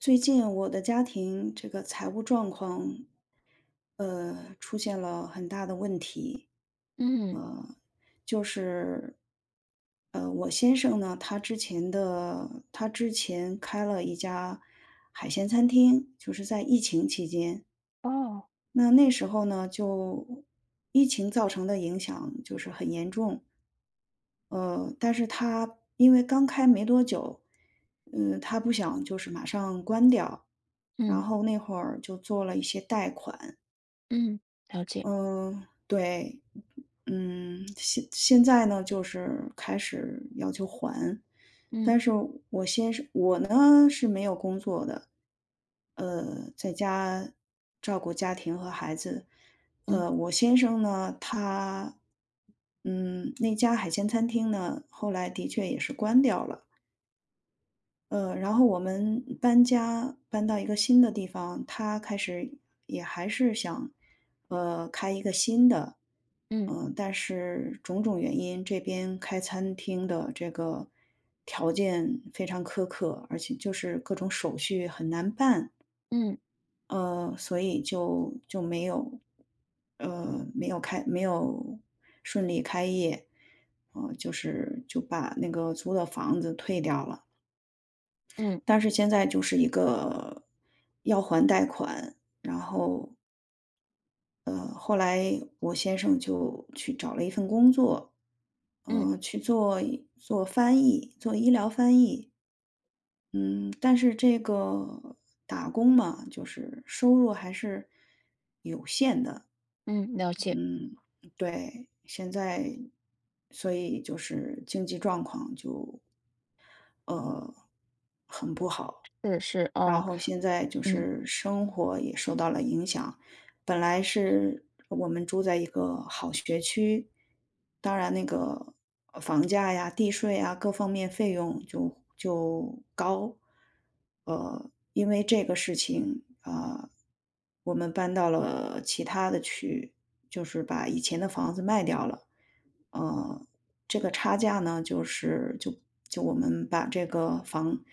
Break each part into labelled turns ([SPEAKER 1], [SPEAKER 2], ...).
[SPEAKER 1] 最近我的家庭这个财务状况，出现了很大的问题。
[SPEAKER 2] 嗯，
[SPEAKER 1] 就是，我先生呢，他之前开了一家海鲜餐厅，就是在疫情期间。
[SPEAKER 2] 哦，
[SPEAKER 1] 那时候呢，就疫情造成的影响就是很严重。但是他因为刚开没多久，他不想就是马上关掉，然
[SPEAKER 2] 嗯
[SPEAKER 1] 后那会儿就做了一些贷款。
[SPEAKER 2] 嗯，了解，
[SPEAKER 1] 嗯，对。现在呢，就是开始要求还。
[SPEAKER 2] 嗯
[SPEAKER 1] 但是我呢是没有工作的，在家照顾家庭和孩子。
[SPEAKER 2] 嗯
[SPEAKER 1] 我先生呢，他，嗯，那家海鲜餐厅呢，后来的确也是关掉了。然后我们搬家，搬到一个新的地方，他开始也还是想，开一个新的。
[SPEAKER 2] 嗯
[SPEAKER 1] 嗯、但是种种原因，这边开餐厅的这个条件非常苛刻，而且就是各种手续很难办。
[SPEAKER 2] 嗯
[SPEAKER 1] 所以没有，没有开，没有顺利开业，就是就把那个租的房子退掉了。
[SPEAKER 2] 嗯
[SPEAKER 1] 但是现在就是一个要还贷款，然后，后来我先生就去找了一份工作，
[SPEAKER 2] 嗯
[SPEAKER 1] 去做一做翻译，做医疗翻译。嗯，但是这个打工嘛，就是收入还是有限的。
[SPEAKER 2] 嗯，了解，
[SPEAKER 1] 嗯，对，现在所以就是经济状况就，呃，很不好。
[SPEAKER 2] 是是
[SPEAKER 1] 然
[SPEAKER 2] 哦，
[SPEAKER 1] 后现在就
[SPEAKER 2] 嗯
[SPEAKER 1] 是生活也受到了影响。本来是我们住在一个好学区，当然那个房价呀、地税呀各方面费用就高。因为这个事情啊，我们搬到了其他的区，就是把以前的房子卖掉了。呃，这个差价呢，就是我们把这个房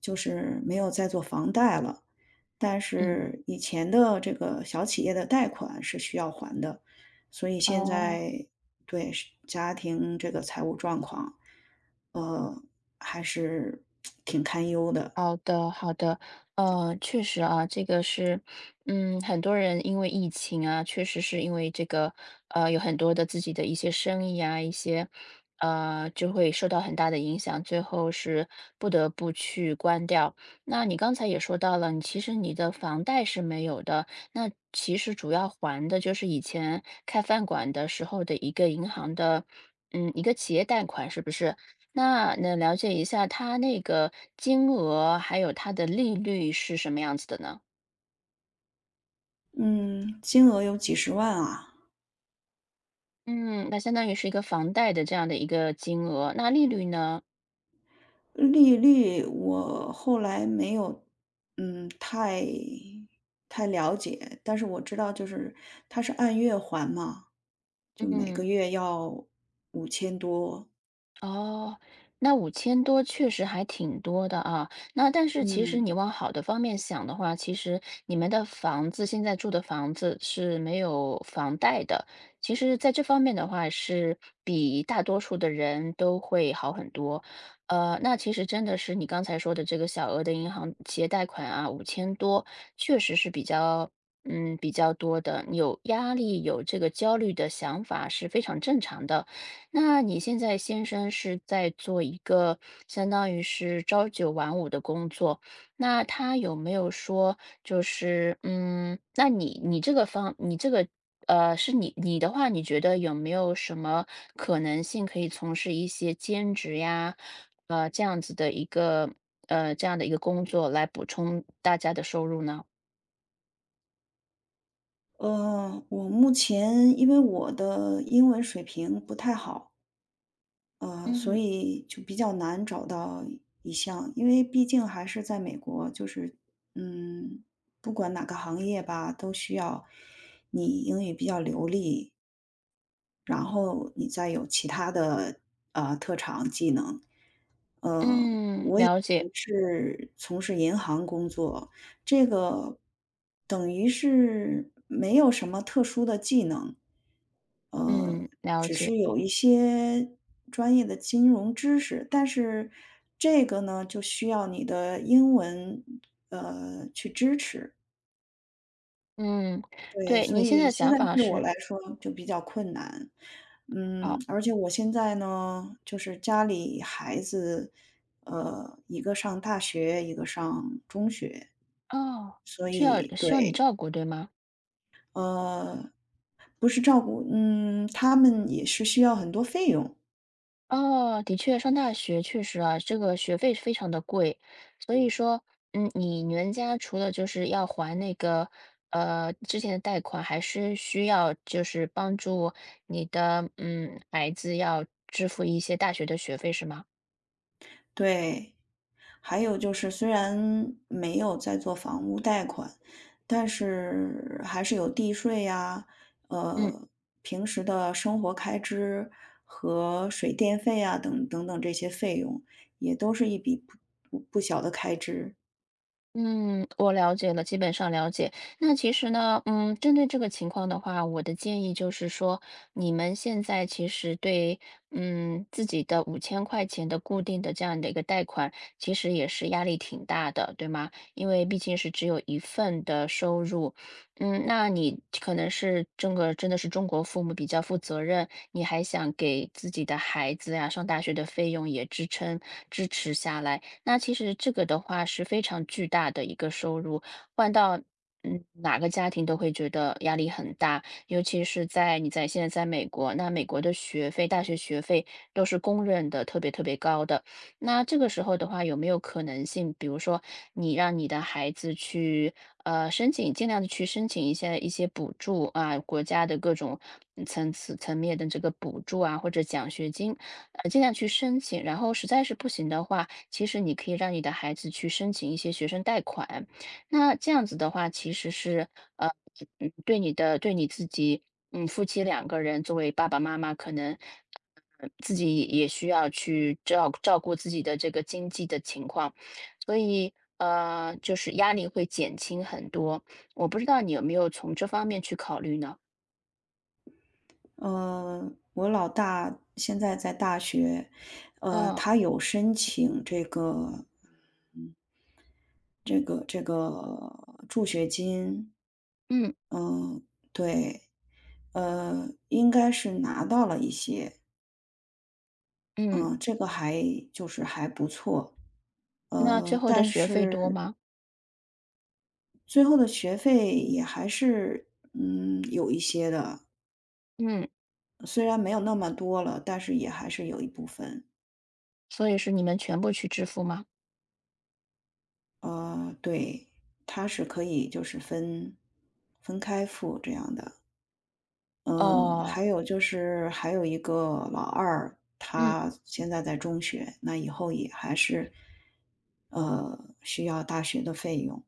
[SPEAKER 1] 就是没有再做房贷了。但
[SPEAKER 2] 嗯，
[SPEAKER 1] 是以前的这个小企业的贷款是需要还的，所以现
[SPEAKER 2] 哦。
[SPEAKER 1] 在对是家庭这个财务状况，呃，还是挺堪忧的。
[SPEAKER 2] 好的，好的，确实啊，这个是，嗯，很多人因为疫情啊，确实是因为这个，有很多的自己的一些生意啊，一些，就会受到很大的影响，最后是不得不去关掉。那你刚才也说到了，你其实你的房贷是没有的，那其实主要还的就是以前开饭馆的时候的一个银行的，嗯，一个企业贷款，是不是？那能了解一下它那个金额，还有它的利率是什么样子的呢？
[SPEAKER 1] 嗯，金额有几十万啊。
[SPEAKER 2] 嗯，那相当于是一个房贷的这样的一个金额，那利率呢？
[SPEAKER 1] 利率我后来没有，嗯，太了解，但是我知道就是它是按月还嘛，就每
[SPEAKER 2] 嗯。
[SPEAKER 1] 个月要5000多。
[SPEAKER 2] 哦，那五千多确实还挺多的啊。那但是其实
[SPEAKER 1] 嗯，
[SPEAKER 2] 你往好的方面想的话，其实你们的房子现在住的房子是没有房贷的，其实在这方面的话是比大多数的人都会好很多。那其实真的是你刚才说的这个小额的银行企业贷款啊五千多确实是比较多的，有压力、有这个焦虑的想法是非常正常的。那你现在先生是在做一个相当于是朝九晚五的工作，那他有没有说就是，嗯，那你你这个方你这个，是你的话，你觉得有没有什么可能性可以从事一些兼职呀，呃，这样子的一个这样的一个工作来补充大家的收入呢？
[SPEAKER 1] 我目前因为我的英文水平不太好，所
[SPEAKER 2] 嗯
[SPEAKER 1] 以就比较难找到一项，因为毕竟还是在美国。就是嗯，不管哪个行业吧，都需要你英语比较流利，然后你再有其他的特长技能。
[SPEAKER 2] 嗯，了解，
[SPEAKER 1] 我是从事银行工作，这个等于是没有什么特殊的技能。呃，
[SPEAKER 2] 嗯了
[SPEAKER 1] 只
[SPEAKER 2] 解，
[SPEAKER 1] 是有一些专业的金融知识，但是这个呢，就需要你的英文，去支持。
[SPEAKER 2] 嗯，
[SPEAKER 1] 对，
[SPEAKER 2] 对
[SPEAKER 1] 所
[SPEAKER 2] 你现在
[SPEAKER 1] 以
[SPEAKER 2] 的
[SPEAKER 1] 现
[SPEAKER 2] 想
[SPEAKER 1] 在
[SPEAKER 2] 法
[SPEAKER 1] 对我
[SPEAKER 2] 是
[SPEAKER 1] 来说就比较困难。嗯，
[SPEAKER 2] 好。
[SPEAKER 1] 而且我现在呢，就是家里孩子，一个上大学，一个上中学，
[SPEAKER 2] 哦，
[SPEAKER 1] 所
[SPEAKER 2] 需要
[SPEAKER 1] 以
[SPEAKER 2] 需要你
[SPEAKER 1] 对。
[SPEAKER 2] 照顾，对吗？
[SPEAKER 1] 呃，不是照顾，嗯，他们也是需要很多费用。
[SPEAKER 2] 哦，的确，上大学确实啊，这个学费非常的贵，所以说，嗯，你们家除了就是要还那个之前的贷款，还是需要就是帮助你的孩子要支付一些大学的学费，是吗？
[SPEAKER 1] 对。还有就是，虽然没有在做房屋贷款，但是还是有地税呀，
[SPEAKER 2] 嗯。
[SPEAKER 1] 呃，平时的生活开支和水电费啊等等等这些费用，也都是一笔不小的开支。
[SPEAKER 2] 嗯，我了解了，基本上了解。那其实呢，嗯，针对这个情况的话，我的建议就是说，你们现在其实对，嗯，自己的五千块钱的固定的这样的一个贷款，其实也是压力挺大的，对吗？因为毕竟是只有一份的收入，嗯，那你可能是这个真的是中国父母比较负责任，你还想给自己的孩子呀上大学的费用也支持下来。那其实这个的话是非常巨大的一个收入，换到哪个家庭都会觉得压力很大，尤其是在你在现在在美国，那美国的学费，大学学费都是公认的特别特别高的。那这个时候的话，有没有可能性，比如说你让你的孩子去申请，尽量的去申请一些补助啊，国家的各种层次层面的这个补助啊，或者奖学金。尽量去申请，然后实在是不行的话，其实你可以让你的孩子去申请一些学生贷款。那这样子的话，其实是呃，对你的对你自己，嗯，夫妻两个人作为爸爸妈妈，可能自己也需要去照顾自己的这个经济的情况，所以就是压力会减轻很多。我不知道你有没有从这方面去考虑呢？
[SPEAKER 1] 我老大现在在大学，
[SPEAKER 2] 嗯
[SPEAKER 1] 他有申请这个，嗯，这个助学金。
[SPEAKER 2] 嗯
[SPEAKER 1] 嗯，对。应该是拿到了一些。
[SPEAKER 2] 嗯，
[SPEAKER 1] 嗯，这个还就是还不错。
[SPEAKER 2] 那最后的
[SPEAKER 1] 但
[SPEAKER 2] 学费多
[SPEAKER 1] 是
[SPEAKER 2] 吗？
[SPEAKER 1] 最后的学费也还是，嗯，有一些的，
[SPEAKER 2] 嗯。
[SPEAKER 1] 虽然没有那么多了，但是也还是有一部分。
[SPEAKER 2] 所以是你们全部去支付吗？
[SPEAKER 1] 对，它是可以就是分开付这样的。嗯，
[SPEAKER 2] 哦，
[SPEAKER 1] 还有就是还有一个老二，
[SPEAKER 2] 嗯
[SPEAKER 1] 他现在在中学，那以后也还是，需要大学的费用。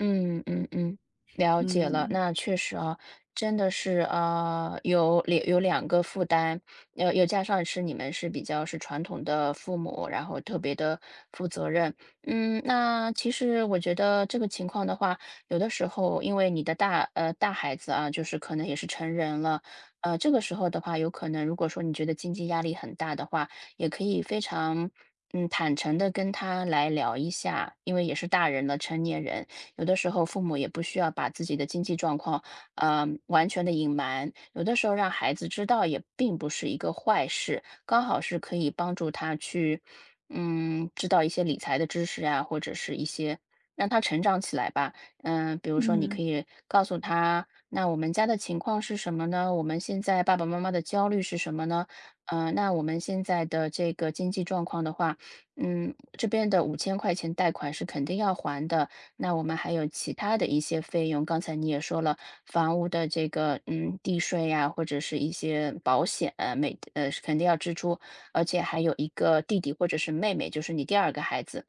[SPEAKER 2] 嗯嗯嗯，了解了。
[SPEAKER 1] 嗯
[SPEAKER 2] 那确实啊，真的是有两个负担，又加上是你们是比较是传统的父母，然后特别的负责任。嗯，那其实我觉得这个情况的话，有的时候因为你的大孩子啊，就是可能也是成人了，这个时候的话，有可能如果说你觉得经济压力很大的话，也可以非常。嗯，坦诚的跟他来聊一下，因为也是大人了，成年人，有的时候父母也不需要把自己的经济状况，嗯，完全的隐瞒，有的时候让孩子知道也并不是一个坏事，刚好是可以帮助他去，嗯，知道一些理财的知识呀，或者是一些让他成长起来吧。嗯，比如说你可
[SPEAKER 1] 嗯
[SPEAKER 2] 以告诉他，那我们家的情况是什么呢？我们现在爸爸妈妈的焦虑是什么呢？那我们现在的这个经济状况的话，嗯，这边的五千块钱贷款是肯定要还的，那我们还有其他的一些费用，刚才你也说了，房屋的这个地税呀、或者是一些保险，呃每呃是肯定要支出，而且还有一个弟弟或者是妹妹，就是你第二个孩子，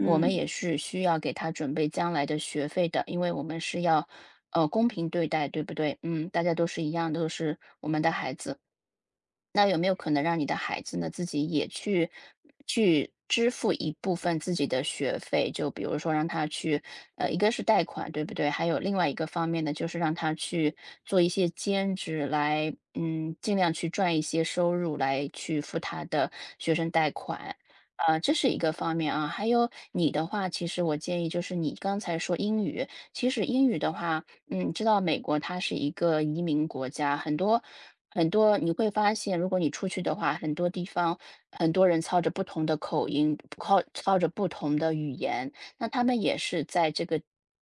[SPEAKER 2] 我们也是需要给他准备将来的学费的，因为我们是要公平对待，对不对？嗯，大家都是一样，都是我们的孩子。那有没有可能让你的孩子呢，自己也去支付一部分自己的学费？就比如说让他去，一个是贷款，对不对？还有另外一个方面呢，就是让他去做一些兼职来，嗯，尽量去赚一些收入来去付他的学生贷款。这是一个方面啊，还有你的话，其实我建议就是你刚才说英语，其实英语的话，嗯，知道美国它是一个移民国家，很多很多你会发现，如果你出去的话，很多地方很多人操着不同的口音，靠操着不同的语言，那他们也是在这个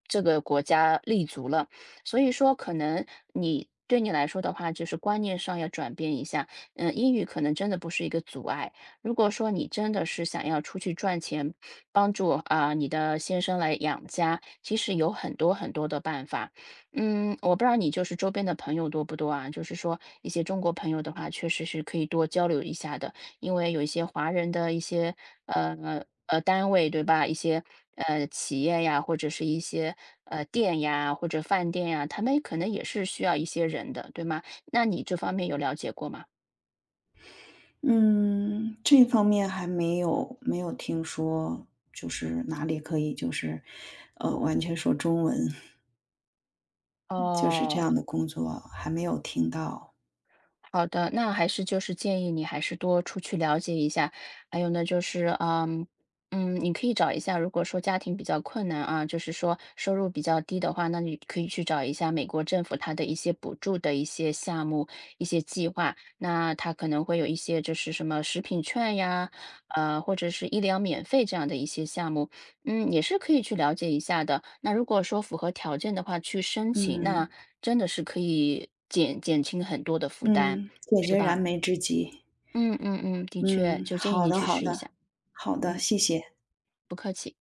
[SPEAKER 2] 这个国家立足了，所以说可能你。对你来说的话，就是观念上要转变一下。嗯，英语可能真的不是一个阻碍。如果说你真的是想要出去赚钱，帮助啊、你的先生来养家，其实有很多很多的办法。嗯，我不知道你就是周边的朋友多不多啊？就是说一些中国朋友的话，确实是可以多交流一下的，因为有一些华人的一些单位，对吧？一些企业呀，或者是一些店呀，或者饭店呀，他们可能也是需要一些人的，对吗？那你这方面有了解过吗？
[SPEAKER 1] 嗯，这方面还没有听说，就是哪里可以就是，完全说中文，就是这
[SPEAKER 2] 哦，
[SPEAKER 1] 样的工作还没有听到。
[SPEAKER 2] 好的，那还是就是建议你还是多出去了解一下。还有呢，就是你可以找一下，如果说家庭比较困难啊，就是说收入比较低的话，那你可以去找一下美国政府它的一些补助的一些项目、一些计划。那它可能会有一些就是什么食品券呀，或者是医疗免费这样的一些项目，嗯，也是可以去了解一下的。那如果说符合条件的话，去申请。
[SPEAKER 1] 嗯
[SPEAKER 2] 那真的是可以减轻很多的负担，
[SPEAKER 1] 嗯，解
[SPEAKER 2] 是
[SPEAKER 1] 决
[SPEAKER 2] 吧？
[SPEAKER 1] 燃眉之急。
[SPEAKER 2] 嗯嗯嗯，的确，
[SPEAKER 1] 嗯，
[SPEAKER 2] 就建议
[SPEAKER 1] 好
[SPEAKER 2] 你
[SPEAKER 1] 的
[SPEAKER 2] 去
[SPEAKER 1] 好
[SPEAKER 2] 试
[SPEAKER 1] 的，
[SPEAKER 2] 一下。
[SPEAKER 1] 好的，
[SPEAKER 2] 嗯，
[SPEAKER 1] 谢谢。
[SPEAKER 2] 不客气。